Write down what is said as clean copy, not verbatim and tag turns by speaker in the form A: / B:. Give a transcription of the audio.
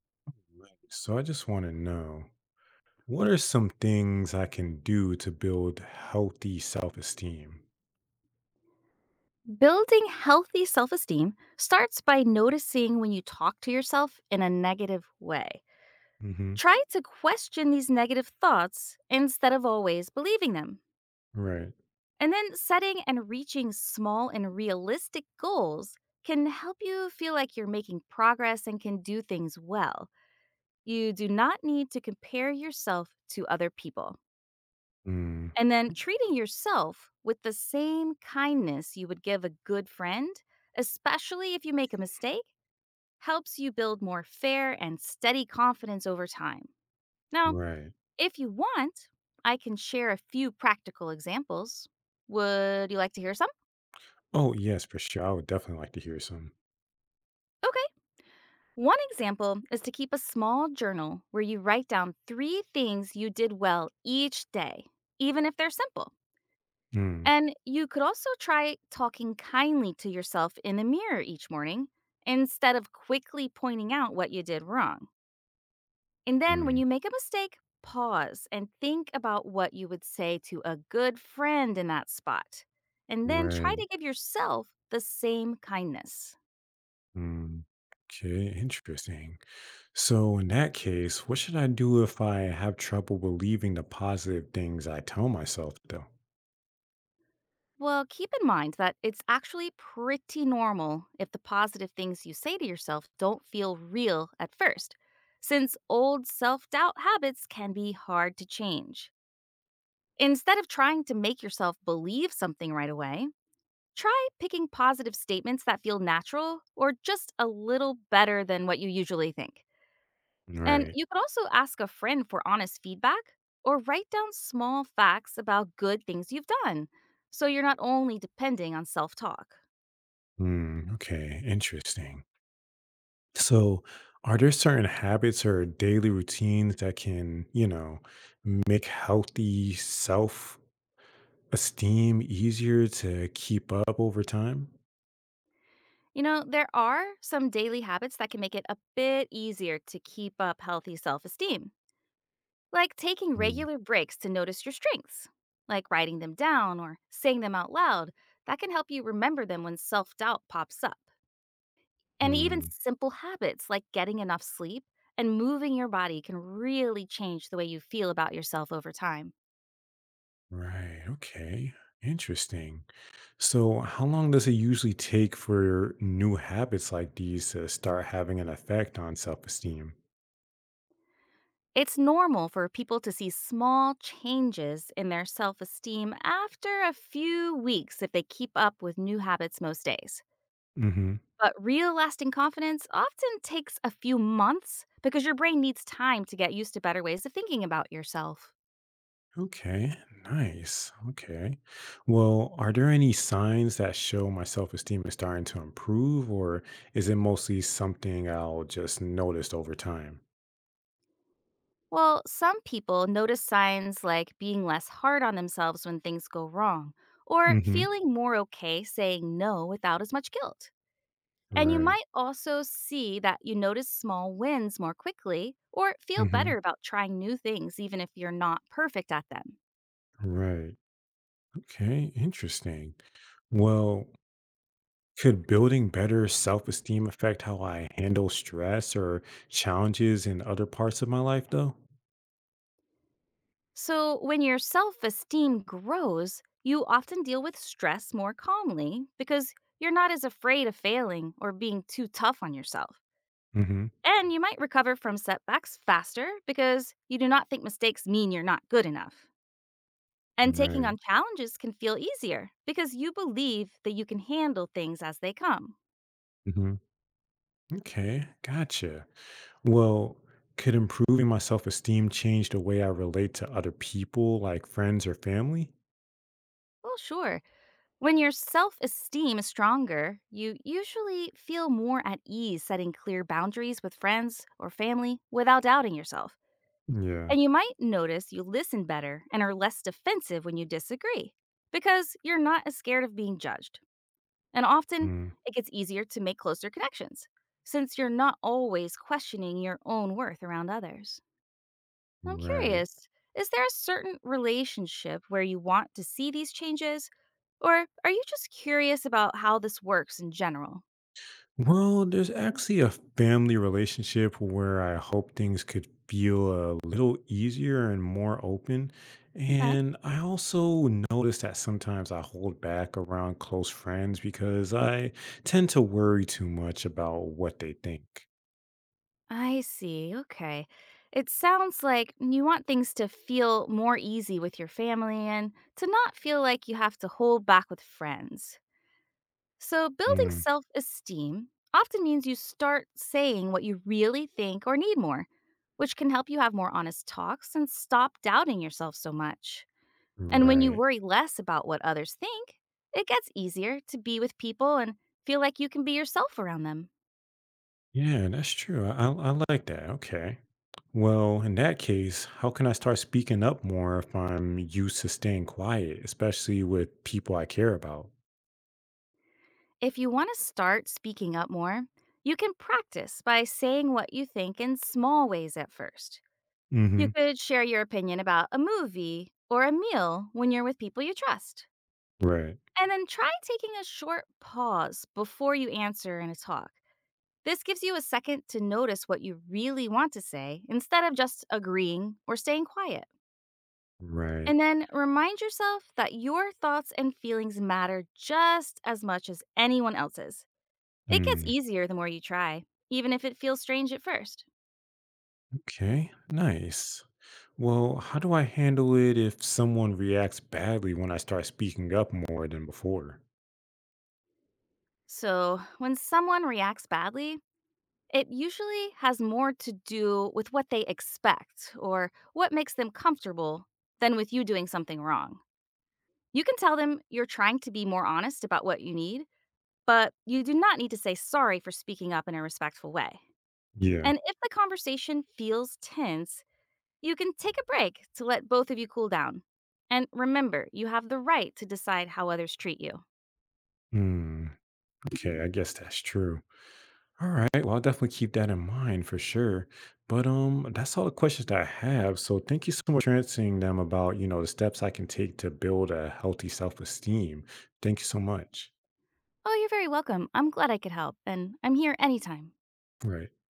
A: Right. So I just want to know what are some things I can do to build healthy self esteem?
B: Building healthy self esteem starts by noticing when you talk to yourself in a negative way.
A: Hmm.
B: Try to question these negative thoughts instead of always believing them.
A: Right.
B: And then setting and reaching small and realistic goals can help you feel like you're making progress and can do things well. You do not need to compare yourself to other people.
A: Mm,
B: And then treating yourself with the same kindness you would give a good friend, especially if you make a mistake, helps you build more fair and steady confidence over time. Now,
A: right.
B: if you want, I can share a few practical examples. Would you like to hear some?
A: Oh, yes, for sure. I would definitely like to hear some.
B: Okay. One example is to keep a small journal where you write down three things you did well each day, even if they're simple.
A: Mm,
B: And you could also try talking kindly to yourself in the mirror each morning instead of quickly pointing out what you did wrong. And then when
A: mm,
B: you make a mistake, pause and think about what you would say to a good friend in that spot. And then try
A: right.
B: to give yourself the same kindness.
A: Mm. Okay, interesting. So, in that case, what should I do if I have trouble believing the positive things I tell myself, though?
B: Well, keep in mind that it's actually pretty normal if the positive things you say to yourself don't feel real at first, since old self doubt habits can be hard to change. Instead of trying to make yourself believe something right away, try picking positive statements that feel natural or just a little better than what you usually think. And
A: Right.
B: you could also ask a friend for honest feedback or write down small facts about good things you've done, so you're not only depending on self talk.
A: Mm, okay, interesting. So, are there certain habits or daily routines that can, you know, make healthy self esteem easier to keep up over time?
B: You know, there are some daily habits that can make it a bit easier to keep up healthy self esteem, like taking
A: Mm,
B: regular breaks to notice your strengths, like writing them down or saying them out loud. That can help you remember them when self doubt pops up. And even
A: mm,
B: simple habits like getting enough sleep and moving your body can really change the way you feel about yourself over time.
A: right. Okay. Interesting. So, how long does it usually take for new habits like these to start having an effect on self esteem?
B: It's normal for people to see small changes in their self esteem after a few weeks if they keep up with new habits most days. But real lasting confidence often takes a few months, because your brain needs time to get used to better ways of thinking about yourself.
A: Okay, nice. Okay. Well, are there any signs that show my self esteem is starting to improve, or is it mostly something I'll just notice over time?
B: Well, some people notice signs like being less hard on themselves when things go wrong, or
A: Hmm.
B: feeling more okay saying no without as much guilt. And you
A: Right.
B: might also see that you notice small wins more quickly, or feel
A: Hmm.
B: better about trying new things, even if you're not perfect at them.
A: Right. Okay, interesting. Well, could building better self esteem affect how I handle stress or challenges in other parts of my life, though?
B: So, when your self esteem grows, you often deal with stress more calmly, because you're not as afraid of failing or being too tough on yourself.
A: Hmm.
B: And you might recover from setbacks faster because you do not think mistakes mean you're not good enough. And taking on
A: Right.
B: challenges can feel easier because you believe that you can handle things as they come.
A: Hmm. Okay, gotcha. Well, could improving my self esteem change the way I relate to other people, like friends or family?
B: Well, sure. When your self esteem is stronger, you usually feel more at ease setting clear boundaries with friends or family without doubting yourself.
A: Yeah.
B: And you might notice you listen better and are less defensive when you disagree, because you're not as scared of being judged. And often,
A: Mm,
B: it gets easier to make closer connections, since you're not always questioning your own worth around others. I'm
A: right.
B: curious, is there a certain relationship where you want to see these changes, or are you just curious about how this works in general?
A: Well, there's actually a family relationship where I hope things could feel a little easier and more open.
B: Okay.
A: And I also notice that sometimes I hold back around close friends because I tend to worry too much about what they think.
B: I see. Okay. It sounds like you want things to feel more easy with your family, and to not feel like you have to hold back with friends. So, building
A: Mm,
B: self esteem often means you start saying what you really think or need more, which can help you have more honest talks and stop doubting yourself so much. And when you
A: right.
B: worry less about what others think, it gets easier to be with people and feel like you can be yourself around them.
A: Yeah, that's true. I like that. Okay. Well, in that case, how can I start speaking up more if I'm used to staying quiet, especially with people I care about?
B: If you want to start speaking up more, you can practice by saying what you think in small ways at first. You
A: Hmm.
B: could share your opinion about a movie or a meal when you're with people you trust.
A: Right.
B: And then try taking a short pause before you answer in a talk. This gives you a second to notice what you really want to say instead of just agreeing or staying quiet.
A: Right.
B: And then remind yourself that your thoughts and feelings matter just as much as anyone else's. It gets
A: Mm,
B: easier the more you try, even if it feels strange at first.
A: okay. Nice. Well, how do I handle it if someone reacts badly when I start speaking up more than before?
B: So, when someone reacts badly, it usually has more to do with what they expect or what makes them comfortable than with you doing something wrong. You can tell them you're trying to be more honest about what you need, but you do not need to say sorry for speaking up in a respectful way.
A: Yeah.
B: And if the conversation feels tense, you can take a break to let both of you cool down. And remember, you have the right to decide how others treat you.
A: Mm, okay. I guess that's true. All right. Well, I'll definitely keep that in mind for sure. But that's all the questions that I have. So thank you so much for answering them, about, you know, the steps I can take to build a healthy self-esteem. Thank you so much.
B: Oh, you're very welcome. I'm glad I could help, and I'm here anytime.
A: Right.